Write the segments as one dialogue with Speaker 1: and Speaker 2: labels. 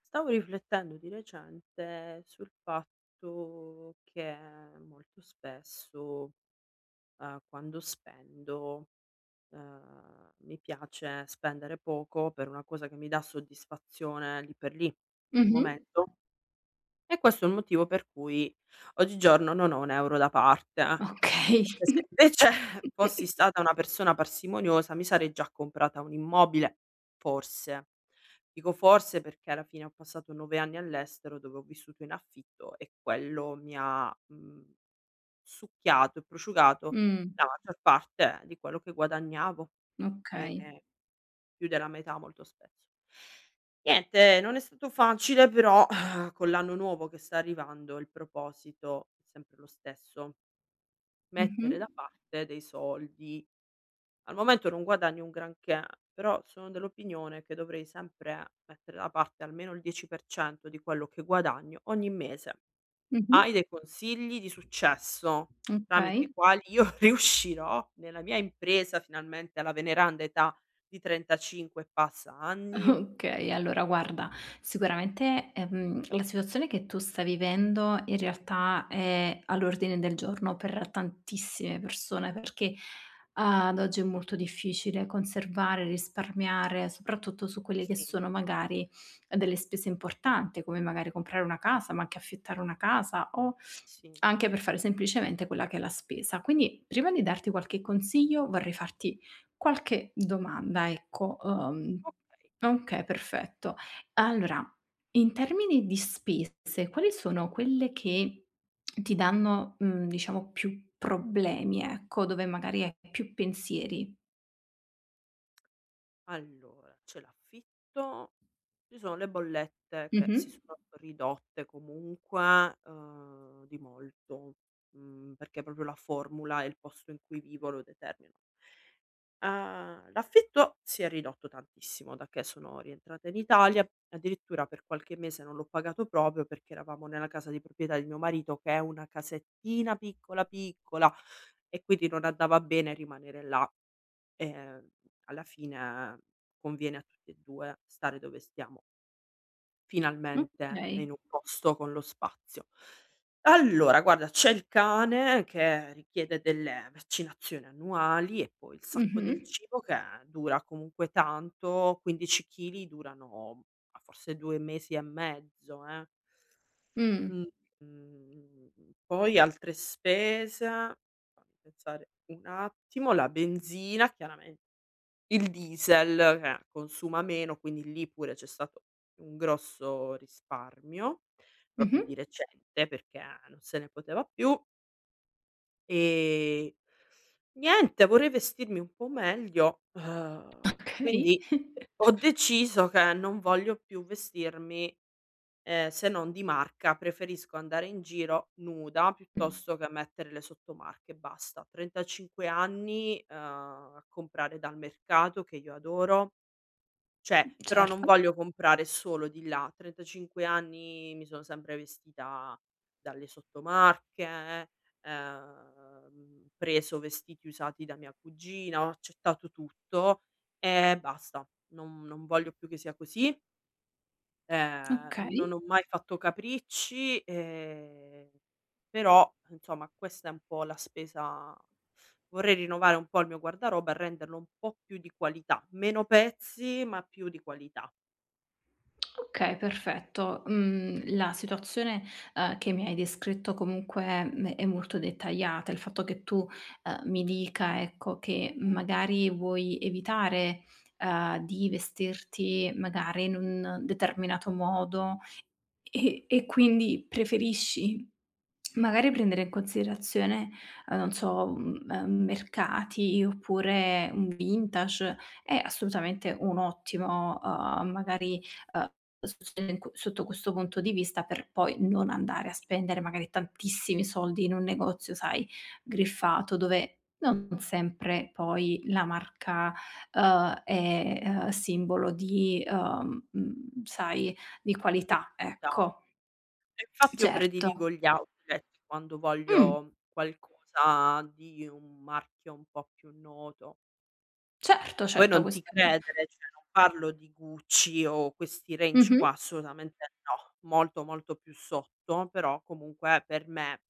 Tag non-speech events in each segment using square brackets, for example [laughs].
Speaker 1: Stavo riflettendo di recente sul fatto che molto spesso, quando spendo, mi piace spendere poco per una cosa che mi dà soddisfazione lì per lì, sul
Speaker 2: Mh-mh.
Speaker 1: momento e questo è il motivo per cui oggigiorno non ho 1 euro da parte. Eh.
Speaker 2: Okay.
Speaker 1: Perché se invece [laughs] fossi stata una persona parsimoniosa mi sarei già comprata un immobile, forse. Dico forse perché alla fine ho passato 9 anni all'estero dove ho vissuto in affitto e quello mi ha succhiato e prosciugato
Speaker 2: Mh,
Speaker 1: la maggior parte di quello che guadagnavo.
Speaker 2: okay.
Speaker 1: Ehm Più della metà molto spesso. Niente, non è stato facile però [clears throat] [sighs] con l'anno nuovo che sta arrivando il proposito è sempre lo stesso,
Speaker 2: Mh-mh.
Speaker 1: mettere da parte dei soldi. Al momento non guadagno un granché, però sono dell'opinione che dovrei sempre mettere da parte almeno il 10% di quello che guadagno ogni mese.
Speaker 2: Mh-mh.
Speaker 1: Hai dei consigli di successo tramite
Speaker 2: Okay.
Speaker 1: i quali io [laughs] riuscirò nella mia impresa finalmente alla veneranda età di 35 e passa anni?
Speaker 2: Okay, allora guarda, sicuramente, la situazione che tu stai vivendo in realtà è all'ordine del giorno per tantissime persone, perché ad oggi è molto difficile conservare, risparmiare, soprattutto su quelle che
Speaker 1: Sì,
Speaker 2: sono magari delle spese importanti, come magari comprare una casa, ma anche affittare una casa o
Speaker 1: sì.
Speaker 2: anche per fare semplicemente quella che è la spesa. Quindi prima di darti qualche consiglio vorrei farti qualche domanda, ecco.
Speaker 1: Okay.
Speaker 2: Okay, perfetto. Allora, in termini di spese, quali sono quelle che ti danno, diciamo più problemi, ecco, dove magari hai più pensieri?
Speaker 1: Allora, c'è l'affitto, ci sono le bollette che
Speaker 2: Mh-mh.
Speaker 1: si sono ridotte comunque, di molto, perché proprio la formula e il posto in cui vivo lo determinano. L'affitto si è ridotto tantissimo da che sono rientrata in Italia, addirittura per qualche mese non l'ho pagato proprio perché eravamo nella casa di proprietà di mio marito che è una casettina piccola, piccola e quindi non andava bene rimanere là. Ehm, Alla fine conviene a tutti e 2 stare dove stiamo, finalmente
Speaker 2: Okay.
Speaker 1: in un posto con lo spazio. Allora guarda, c'è il cane che richiede delle vaccinazioni annuali e poi il sacco
Speaker 2: Mh-mh.
Speaker 1: del cibo che dura comunque tanto, 15 chili durano, ma forse 2 mesi e mezzo, eh.
Speaker 2: Mh.
Speaker 1: Mh. Mhmm, Poi altre spese, fammi pensare un attimo, la benzina chiaramente il diesel che consuma meno, quindi lì pure c'è stato un grosso risparmio, proprio
Speaker 2: Mh-mh.
Speaker 1: di recente, perché non se ne poteva più. E niente, vorrei vestirmi un po' meglio,
Speaker 2: Okay. [laughs]
Speaker 1: quindi ho deciso che non voglio più vestirmi, se non di marca, preferisco andare in giro nuda
Speaker 2: Mh.
Speaker 1: piuttosto che mettere le sottomarche e basta. 35 anni, a comprare dal mercato che io adoro, cioè, però non
Speaker 2: Certo.
Speaker 1: voglio comprare solo di là. A 35 anni mi sono sempre vestita dalle sottomarche, preso vestiti usati da mia cugina, ho accettato tutto e basta. Non voglio più che sia così, non
Speaker 2: Okay.
Speaker 1: ho mai fatto capricci, però insomma questa è un po' la spesa vorrei rinnovare un po' il mio guardaroba e renderlo un po' più di qualità, meno pezzi ma più di qualità.
Speaker 2: Okay, perfetto. Mhmm, la situazione, che mi hai descritto comunque, è molto dettagliata. Il fatto che tu, mi dica, ecco, che magari vuoi evitare, di vestirti magari in un determinato modo, e quindi preferisci magari prendere in considerazione, non so, mercati oppure un vintage, è assolutamente un ottimo, magari, uhm, sostenenco sotto questo punto di vista per poi non andare a spendere magari tantissimi soldi in un negozio, sai, griffato, dove non sempre poi la marca, è, simbolo di, sai di
Speaker 1: Di
Speaker 2: qualità,
Speaker 1: qualità.
Speaker 2: ecco.
Speaker 1: E infatti io
Speaker 2: Certo.
Speaker 1: prediligo gli outlet quando
Speaker 2: Mh,
Speaker 1: voglio qualcosa di un marchio un po' più noto.
Speaker 2: certo,
Speaker 1: Poi
Speaker 2: certo,
Speaker 1: non ti
Speaker 2: questa è
Speaker 1: credere, cioè non parlo di Gucci o questi range
Speaker 2: mh-mh.
Speaker 1: qua, assolutamente no, molto, molto più sotto, però comunque per me,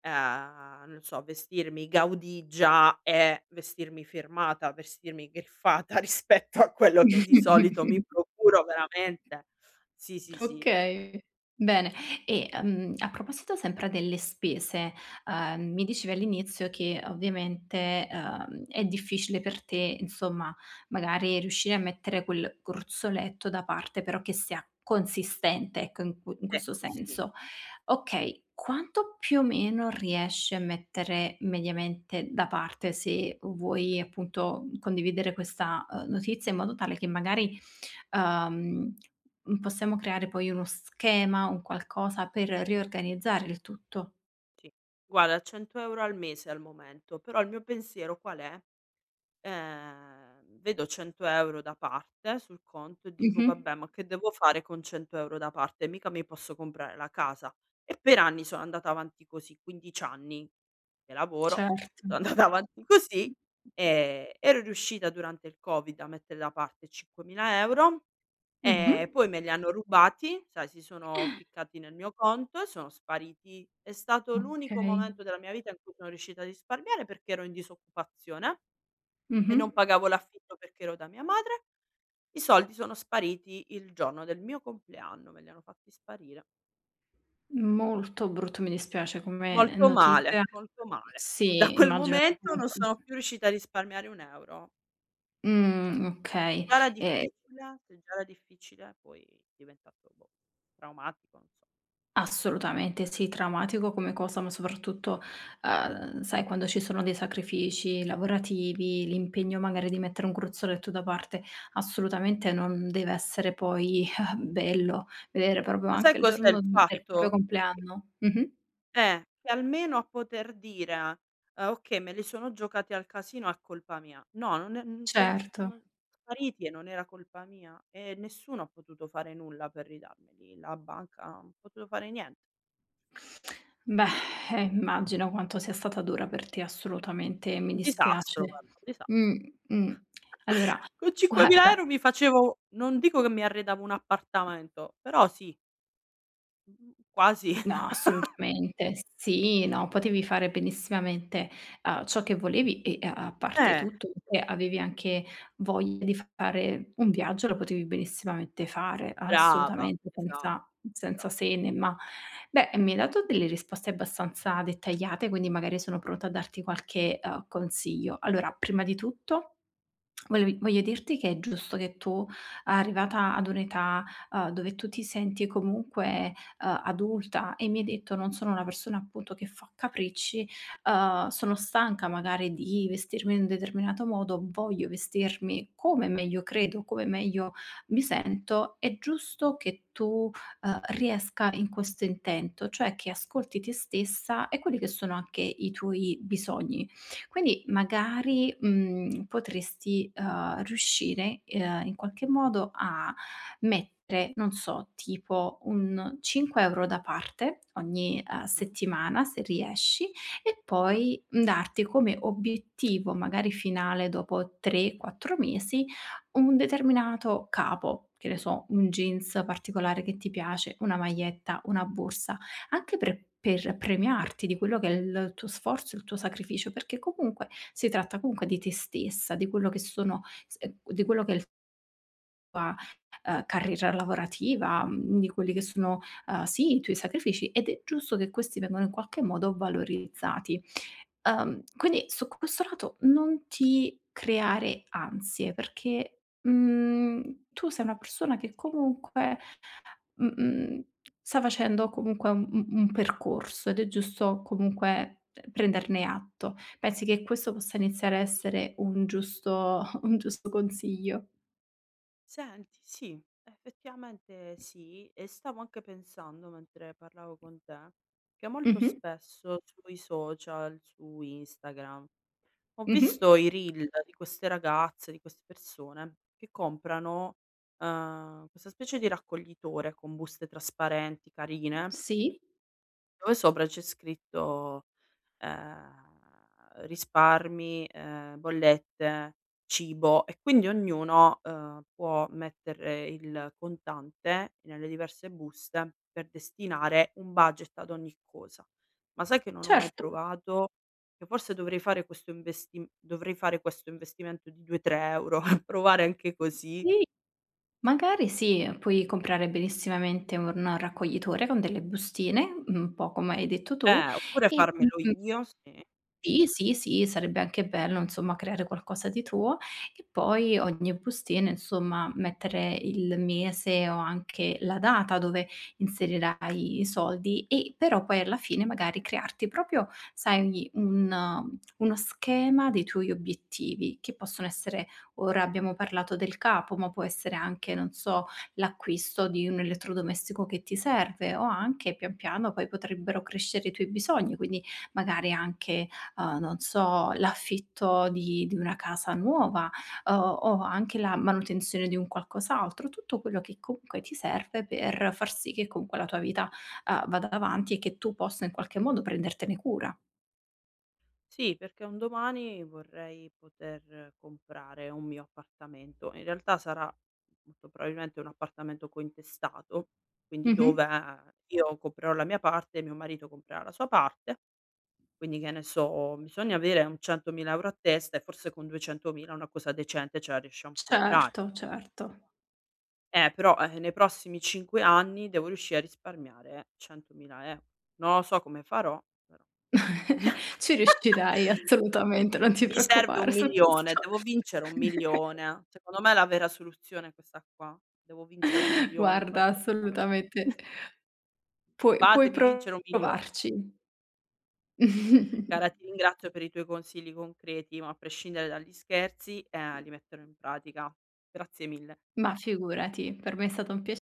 Speaker 1: non so, vestirmi gaudigia è vestirmi firmata, vestirmi griffata [laughs] rispetto a quello che di solito mi
Speaker 2: [laughs]
Speaker 1: procuro veramente. Sì, sì, sì,
Speaker 2: Okay, bene. E, a proposito sempre delle spese, mi dicevi all'inizio che ovviamente, è difficile per te, insomma, magari riuscire a mettere quel gruzzoletto da parte, però che sia consistente, ecco, in cu in
Speaker 1: è
Speaker 2: questo
Speaker 1: così.
Speaker 2: senso. Okay, quanto più o meno riesci a mettere mediamente da parte, se vuoi appunto condividere questa, notizia in modo tale che magari uhm, possiamo creare poi uno schema, un qualcosa per riorganizzare il tutto.
Speaker 1: Sì. Guarda, 100 € al mese al momento, però il mio pensiero qual è? Vedo 100 € da parte sul conto e dico:
Speaker 2: Mh-mh.
Speaker 1: "Vabbè, ma che devo fare con 100 € da parte? Mica mi posso comprare la casa". E per anni sono andata avanti così, 15 anni che lavoro,
Speaker 2: Certo.
Speaker 1: sono andata [laughs] avanti così, ero riuscita durante il Covid a mettere da parte 5.000 €
Speaker 2: Mh-mh.
Speaker 1: Poi me li hanno rubati, sai si sono ficcati nel mio conto e sono spariti. È stato l'unico
Speaker 2: Okay.
Speaker 1: momento della mia vita in cui sono riuscita a risparmiare perché ero in disoccupazione e
Speaker 2: Mh-mh.
Speaker 1: non pagavo l'affitto perché ero da mia madre. I soldi sono spariti il giorno del mio compleanno, me li hanno fatti sparire.
Speaker 2: Molto brutto, mi dispiace come
Speaker 1: Molto male,
Speaker 2: notizia.
Speaker 1: molto male. Da
Speaker 2: Sì,
Speaker 1: quel
Speaker 2: immagino che
Speaker 1: momento non
Speaker 2: comunque
Speaker 1: sono più riuscita a risparmiare 1 €. Cioè,
Speaker 2: okay.
Speaker 1: già era
Speaker 2: E
Speaker 1: difficile, se già era difficile poi è diventato boh, traumatico, non so.
Speaker 2: assolutamente sì, traumatico come cosa, ma soprattutto, sai quando ci sono dei sacrifici lavorativi, l'impegno magari di mettere un gruzzoletto da parte, assolutamente non deve essere poi [laughs] bello vedere proprio
Speaker 1: Ma sai
Speaker 2: anche il
Speaker 1: cos'è il
Speaker 2: giorno del proprio
Speaker 1: fatto?
Speaker 2: compleanno. Mh-mh.
Speaker 1: Che almeno a poter dire: "Ah okay, me li sono giocati al casino, è colpa mia". No, non è non se ne so
Speaker 2: Certo.
Speaker 1: sono spariti e non era colpa mia e nessuno ha potuto fare nulla per ridarmeli, la banca non ha potuto fare niente.
Speaker 2: Beh, immagino quanto sia stata dura per te, assolutamente, mi
Speaker 1: Un disastro,
Speaker 2: dispiace.
Speaker 1: guarda, un disastro.
Speaker 2: Mh, mh.
Speaker 1: [laughs]
Speaker 2: Allora,
Speaker 1: Con 5.000
Speaker 2: guarda.
Speaker 1: € mi facevo non dico che mi arredavo un appartamento, però sì, mhmm, quasi.
Speaker 2: No, assolutamente. Sì, no, potevi fare benissimamente, ciò che volevi e a parte
Speaker 1: Eh,
Speaker 2: tutto
Speaker 1: [laughs]
Speaker 2: che avevi anche voglia di fare un viaggio, lo potevi benissimamente fare,
Speaker 1: brava,
Speaker 2: assolutamente,
Speaker 1: esatto.
Speaker 2: senza
Speaker 1: esa
Speaker 2: se né ma. Beh, mi hai dato delle risposte abbastanza dettagliate, quindi magari sono pronta a darti qualche, consiglio. Allora, prima di tutto volevi voglio dirti che è giusto che tu, arrivata ad un'età, dove tu ti senti comunque adulta e mi hai detto: "Non sono una persona appunto che fa capricci, sono stanca magari di vestirmi in un determinato modo, voglio vestirmi come meglio credo, come meglio mi sento." È giusto che tu, riesca in questo intento, cioè che ascolti te stessa e quelli che sono anche i tuoi bisogni. Quindi magari, potresti, riuscire, in qualche modo a mettere, non so, tipo un 5 € da parte ogni,
Speaker 1: Mh.
Speaker 2: settimana se riesci e
Speaker 1: Ah,
Speaker 2: poi darti come obiettivo, magari finale dopo 3, 4 mesi, un determinato capo. Che ne so, un jeans particolare che ti piace, una maglietta, una borsa, anche per premiarti di quello che è il tuo sforzo, il tuo sacrificio, perché comunque si tratta comunque di te stessa, di quello che sono s di quello che è il tua, carriera lavorativa, di quelli che sono, sì, i tuoi sacrifici ed è giusto che questi vengano in qualche modo valorizzati. Quindi su questo lato non ti creare ansie perché, tu sei una persona che
Speaker 1: sì.
Speaker 2: comunque, mh-mh, sta facendo comunque un percorso ed è giusto comunque prenderne atto. Pensi che questo possa iniziare a essere un giusto [laughs] un giusto consiglio?
Speaker 1: Senti, sì, effettivamente sì, e stavo anche pensando mentre parlavo con te, che molto
Speaker 2: Mh-mh,
Speaker 1: spesso sui social, su Instagram, ho
Speaker 2: mh-mh.
Speaker 1: visto i reel di queste ragazze, di queste persone che comprano, questa specie di raccoglitore con buste trasparenti carine
Speaker 2: Sì,
Speaker 1: dove sopra c'è scritto, risparmi, bollette, cibo e quindi ognuno, può mettere il contante nelle diverse buste per destinare un budget ad ogni cosa. Ma sai che non ho mai
Speaker 2: certo.
Speaker 1: provato? Che forse dovrei fare questo investimento di 2, 3 € e [laughs] provare anche così.
Speaker 2: Sì, magari sì, puoi comprare benissimamente un no, raccoglitore con delle bustine, un po' come hai detto tu,
Speaker 1: Oppure
Speaker 2: e
Speaker 1: farmelo io, sì.
Speaker 2: sì, sì, sì, sarebbe anche bello insomma creare qualcosa di tuo e poi ogni bustina insomma mettere il mese o anche la data dove inserirai i soldi e però poi alla fine magari crearti proprio, sai, un uno schema dei tuoi obiettivi, che possono essere ora abbiamo parlato del capo, ma può essere anche, non so, l'acquisto di un elettrodomestico che ti serve o anche pian piano poi potrebbero crescere i tuoi bisogni, quindi magari anche non so, l'affitto di una casa nuova, o anche la manutenzione di un qualcos'altro, tutto quello che comunque ti serve per far sì che comunque la tua vita, vada avanti e che tu possa in qualche modo prendertene cura.
Speaker 1: Sì, perché un domani vorrei poter comprare un mio appartamento. In realtà sarà molto probabilmente un appartamento cointestato, quindi
Speaker 2: Mh-mh.
Speaker 1: dove io comprerò la mia parte e mio marito comprerà la sua parte. Quindi che ne so, bisogna avere un 100.000 € a testa e forse con 200.000 una cosa decente ce la riusciamo a comprare.
Speaker 2: Certo, certo.
Speaker 1: Però nei prossimi 5 anni devo riuscire a risparmiare 100.000 euro. Non lo so come farò, però.
Speaker 2: [laughs] Ci riuscirai
Speaker 1: [laughs]
Speaker 2: assolutamente, non ti
Speaker 1: Mi serve
Speaker 2: preoccupare su
Speaker 1: 1.000.000,
Speaker 2: questo.
Speaker 1: devo vincere
Speaker 2: [laughs]
Speaker 1: 1.000.000. Secondo me è la vera soluzione è questa qua. Devo vincere 1.000.000 in
Speaker 2: Guarda,
Speaker 1: qualche modo.
Speaker 2: assolutamente puoi
Speaker 1: Fatemi vincere 1.000.000.
Speaker 2: provarci. [laughs]
Speaker 1: Cara, ti ringrazio per i tuoi consigli concreti, ma a prescindere dagli scherzi, li metterò in pratica. Grazie mille.
Speaker 2: Ma figurati, per me è stato un piacere.